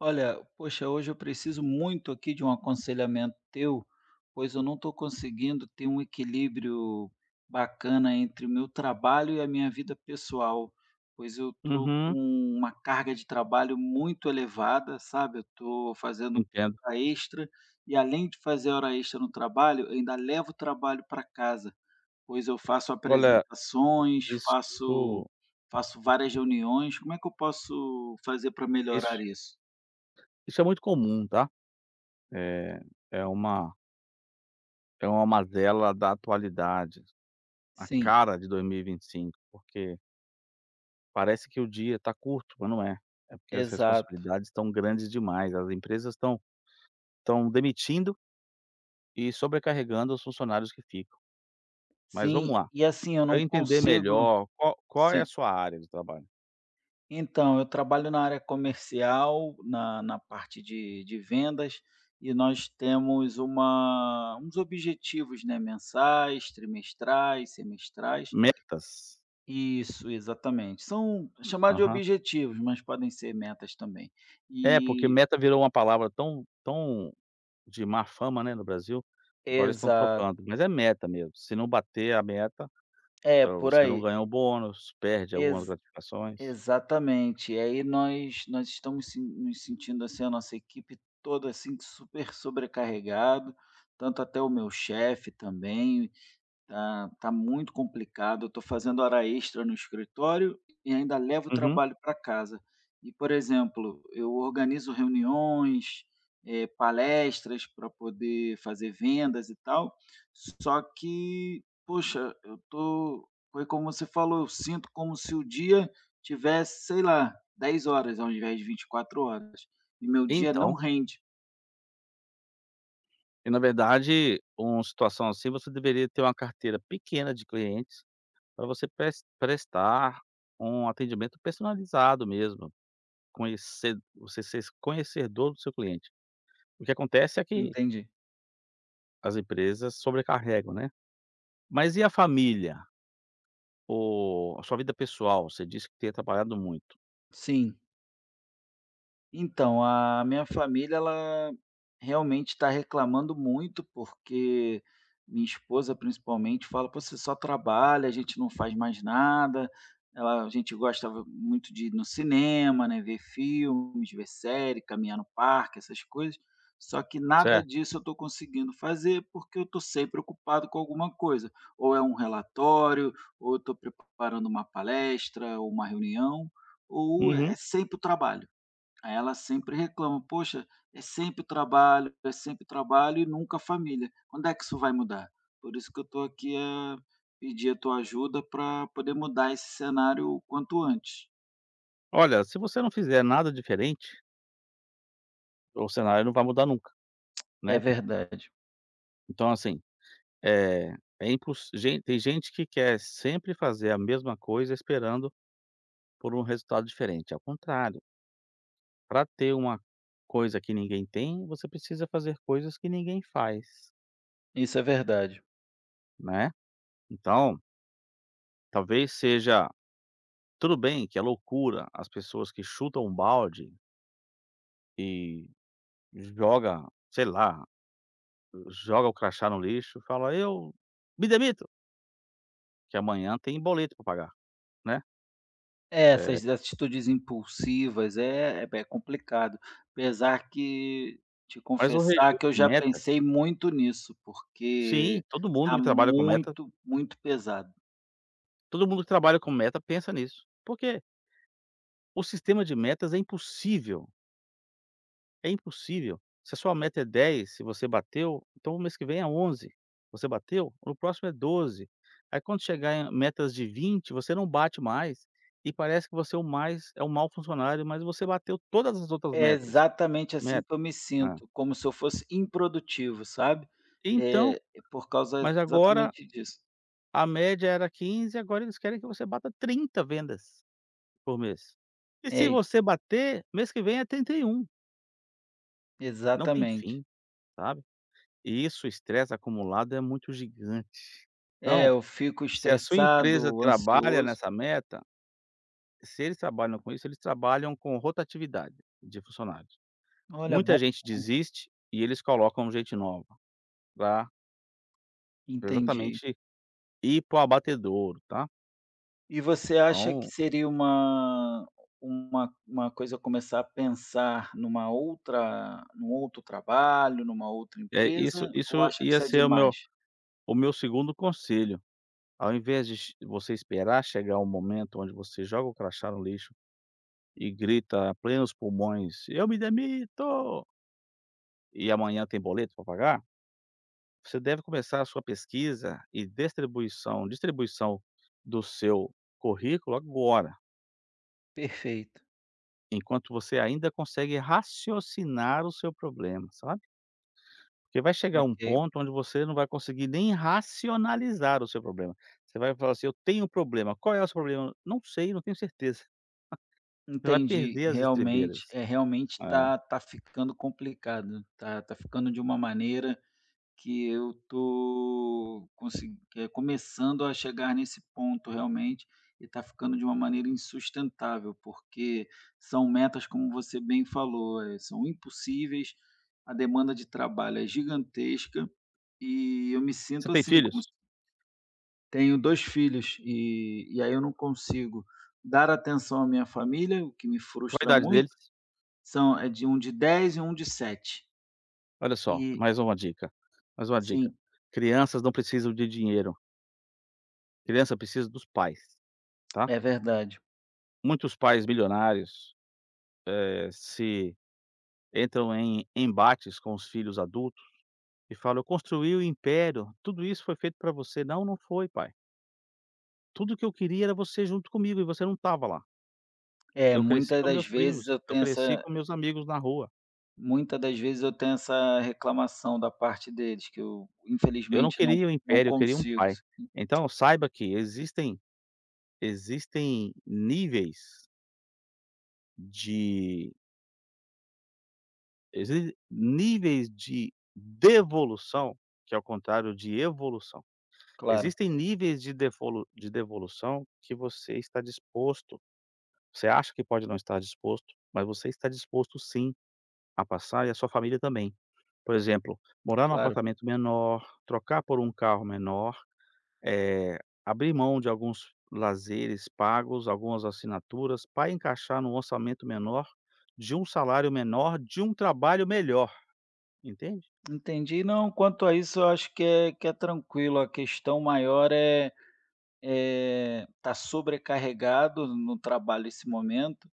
Olha, poxa, hoje eu preciso muito aqui de um aconselhamento teu, pois eu não estou conseguindo ter um equilíbrio bacana entre o meu trabalho e a minha vida pessoal, pois eu estou com Uhum, uma carga de trabalho muito elevada, sabe? Eu estou fazendo entendo. hora extra e além de fazer hora extra no trabalho, eu ainda levo o trabalho para casa, pois eu faço Olha, apresentações, isso faço várias reuniões. Como é que eu posso fazer para melhorar isso isso? isso é muito comum, tá. é é uma é uma mazela da atualidade, a Sim, cara de 2025, porque parece que o dia está curto, mas não é. É porque as exato. responsabilidades estão grandes demais, as empresas estão demitindo e sobrecarregando os funcionários que ficam. Mas vamos Sim, lá, e assim, eu para não eu entender consigo melhor, qual é sim. a sua área de trabalho? Então, eu trabalho na área comercial, na parte de vendas, e nós temos uma uns objetivos, né, mensais, trimestrais, semestrais. Metas? Isso, exatamente. São chamados de Aham. objetivos, mas podem ser metas também. É, porque E meta virou uma palavra tão de má fama, né, no Brasil, agora eles estão Exato. trocando, mas é meta mesmo, se não bater a meta, É, por você não aí. ganha o bônus, perde algumas gratificações. Exatamente. E aí nós estamos se nos sentindo, assim, a nossa equipe toda, assim, super sobrecarregado, tanto até o meu chefe também. Tá, tá muito complicado. Eu estou fazendo hora extra no escritório e ainda levo o Uhum. trabalho para casa. E, por exemplo, eu organizo reuniões, palestras para poder fazer vendas e tal. Só que, poxa, eu tô, foi como você falou, eu sinto como se o dia tivesse, sei lá, 10 horas ao invés de 24 horas. E meu dia não Então, rende. e na verdade, uma situação assim, você deveria ter uma carteira pequena de clientes, para você prestar um atendimento personalizado mesmo, conhecer você ser conhecedor do seu cliente. O que acontece é que Entende? as empresas sobrecarregam, né. Mas e a família? O A sua vida pessoal? Você disse que tem trabalhado muito. Sim. Então, a minha família, ela realmente está reclamando muito, porque minha esposa, principalmente, fala: "Pô, você só trabalha, a gente não faz mais nada". Ela a gente gosta muito de ir no cinema, né, ver filmes, ver série, caminhar no parque, essas coisas. Só que nada Certo. disso eu estou conseguindo fazer, porque eu estou sempre ocupado com alguma coisa. Ou é um relatório, ou eu estou preparando uma palestra, ou uma reunião, ou é Uhum. sempre o trabalho. Aí ela sempre reclama: "Poxa, é sempre trabalho e nunca família. Quando é que isso vai mudar?". Por isso que eu estou aqui a pedir a tua ajuda para poder mudar esse cenário o quanto antes. Olha, se você não fizer nada diferente, o cenário não vai mudar nunca, É né. verdade, Então, assim, eh, é imposs gen tem gente que quer sempre fazer a mesma coisa esperando por um resultado diferente, ao contrário, para ter uma coisa que ninguém tem, você precisa fazer coisas que ninguém faz, isso é verdade. né. Então, talvez seja tudo bem que é loucura as pessoas que chutam um balde e joga, sei lá, joga o crachá no lixo, fala: "Eu me demito". Que amanhã tem boleto para pagar, né. É, essas atitudes impulsivas é complicado, apesar que te Mas o confessar regime que eu de já metas pensei muito nisso, sim, porque todo mundo tá que trabalha com meta muito, muito pesado. Pensa nisso. Porque o sistema de metas é impossível, é impossível. Se a sua meta é 10, se você bateu, então o mês que vem é onze. Você bateu? No próximo é 12. Aí quando chegar em metas de 20, você não bate mais, e parece que você é o mais é um mau funcionário, mas você bateu todas as outras É metas exatamente assim meta. que eu me É. sinto, como se eu fosse improdutivo, sabe. É Então, é por causa mas agora exatamente disso. a média era 15, agora eles querem que você bata 30 vendas por mês. E se É, você bater, mês que vem é 31, não tem exatamente. fim, sabe. E isso, o estresse acumulado é muito gigante. É, Então, eu fico se a sua empresa estressado, trabalha ansioso. nessa meta, se eles trabalham com isso, eles trabalham com rotatividade de funcionários. Olha, bom, Muita gente desiste e eles colocam gente nova pra pra entendi. exatamente ir para o abatedouro, tá. E você acha que Então, seria uma uma coisa começar a pensar numa outra num outro trabalho, numa outra é isso empresa, ou isso acha que ia isso é ser demais? o meu segundo conselho. Ao invés de che você esperar chegar um momento onde você joga o crachá no lixo e grita a plenos pulmões: "Eu me demito!" E amanhã tem boleto para pagar, você deve começar a sua pesquisa e distribuição do seu currículo agora, Perfeito, enquanto você ainda consegue raciocinar o seu problema, sabe. Porque vai chegar um ok. ponto onde você não vai conseguir nem racionalizar o seu problema. Você vai falar assim: "Eu tenho um problema. Qual é o seu problema?". "Não sei, não tenho certeza". Você vai Entendi, perder as realmente, estribeiras. Realmente É. tá ficando complicado, tá ficando de uma maneira que eu tô consi é começando a chegar nesse ponto realmente, e tá ficando de uma maneira insustentável, porque são metas, como você bem falou, são impossíveis, a demanda de trabalho é gigantesca, e eu me Você sinto tem assim, como se filhos? tenho 2 filhos, e aí eu não consigo dar atenção à minha família, o que me Qual a frustra idade deles? muito. São de um de 10 e um de 7. Olha só, E mais uma dica, mais uma dica. sim, Crianças não precisam de dinheiro, criança precisa dos pais, tá. é verdade. Muitos pais milionários, se entram em embates com os filhos adultos e falam: "Eu construí o império, tudo isso foi feito para você". "Não, não foi pai. Tudo que eu queria era você junto comigo e você não estava lá. É, Eu cresci com meus primos, eu cresci com meus amigos na rua". muitas das vezes eu tenho essa reclamação da parte deles, que eu Eu não infelizmente queria um não império, eu queria um consigo. pai. Então saiba que existem níveis de exi níveis de devolução, que é o contrário de evolução. Claro, Existem níveis de defolu de devolução que você está disposto, você acha que pode não estar disposto, mas você está disposto sim a passar e a sua família também. Por exemplo, morar num claro. apartamento menor, trocar por um carro menor. Eh, Abrir mão de alguns lazeres pagos, algumas assinaturas, para encaixar num orçamento menor, de um salário menor, de um trabalho melhor, entende? Entendi. Não, quanto a isso eu acho que é tranquilo, a questão maior é, tá sobrecarregado no trabalho esse momento,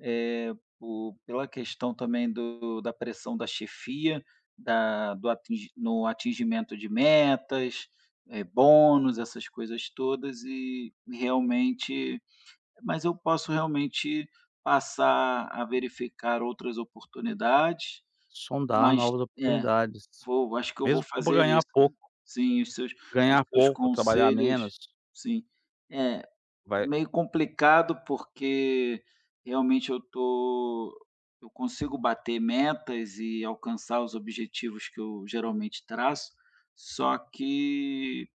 eh, po pela questão também do da pressão da chefia, da do atingi no atingimento de metas, bônus, essas coisas todas e realmente, mas eu posso realmente passar a verificar outras oportunidades, Sondar mas novas é, oportunidades, vou acho que eu vou mesmo que for pra fazer ganhar isso. Né? pouco. Sim, os Ganhar seus pouco, trabalhar conselhos menos, sim. É, vai, meio complicado, porque realmente eu consigo bater metas e alcançar os objetivos que eu geralmente traço, só que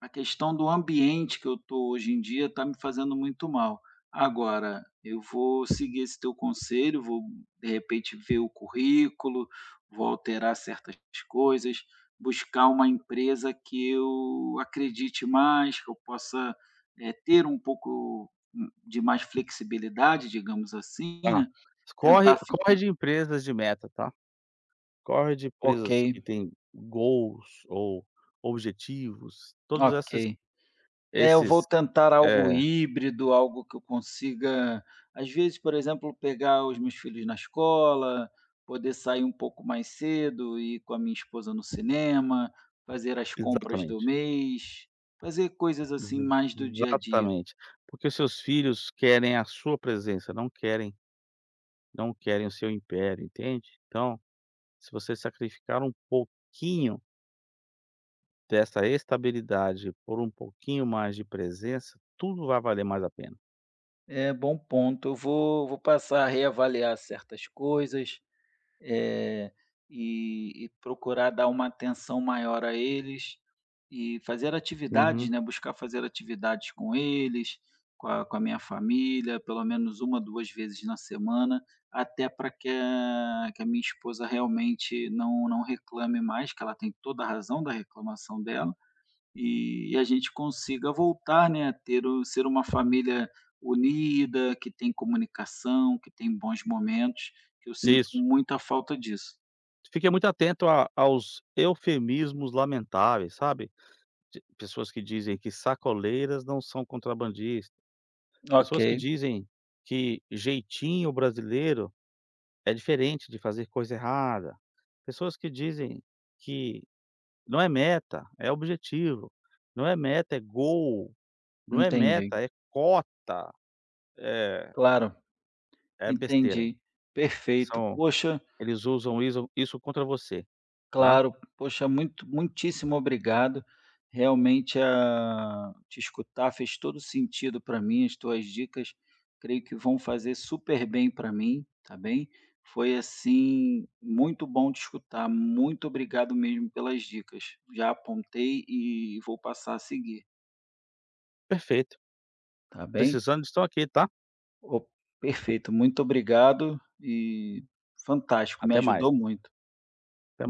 a questão do ambiente que eu estou hoje em dia está me fazendo muito mal. Agora, eu vou seguir esse teu conselho, vou de repente ver o currículo, vou alterar certas coisas, buscar uma empresa que eu acredite mais, que eu possa, ter um pouco, de mais flexibilidade, digamos assim, tá. né? Tentar Corre ficar. de empresas de meta, tá? Corre de Ok, empresas que têm goals ou objetivos, todos esses ok. É, eu vou esses tentar algo é, híbrido, algo que eu consiga, às vezes, por exemplo, pegar os meus filhos na escola, poder sair um pouco mais cedo, ir com a minha esposa no cinema, fazer as compras do exatamente. mês, fazer coisas assim Exa mais do dia a dia. Exatamente. Porque os seus filhos querem a sua presença, não querem não querem o seu império, entende? Então, se você sacrificar um pouquinho dessa estabilidade por um pouquinho mais de presença, tudo vai valer mais a pena. É, bom ponto. Eu vou, vou passar a reavaliar certas coisas, Eh, e procurar dar uma atenção maior a eles e fazer atividades, Uhum, né, buscar fazer atividades com eles, com a minha família, pelo menos uma 2 vezes na semana, até para que a minha esposa realmente não reclame mais, que ela tem toda a razão da reclamação dela, e a gente consiga voltar, né, a ter o ser uma família unida, que tem comunicação, que tem bons momentos, que eu sinto isso. muita falta disso. Fique muito atento a aos eufemismos lamentáveis, sabe? De pessoas que dizem que sacoleiras não são contrabandistas, Ok, pessoas que dizem que jeitinho brasileiro é diferente de fazer coisa errada. Pessoas que dizem que não é meta, é objetivo, não é meta, é gol, não é entendi. meta, é cota, é Claro, é besteira. entendi. Perfeito. São, Poxa. eles usam isso contra você, tá. Claro, poxa, muito muitíssimo obrigado. Realmente, a te escutar fez todo sentido para mim, as tuas dicas creio que vão fazer super bem para mim, tá bem? Foi, assim, muito bom te escutar, muito obrigado mesmo pelas dicas. Já apontei e vou passar a seguir, Perfeito, tá bem? precisando, estão aqui, tá. O perfeito, muito obrigado e fantástico, me Até mais. ajudou muito. Até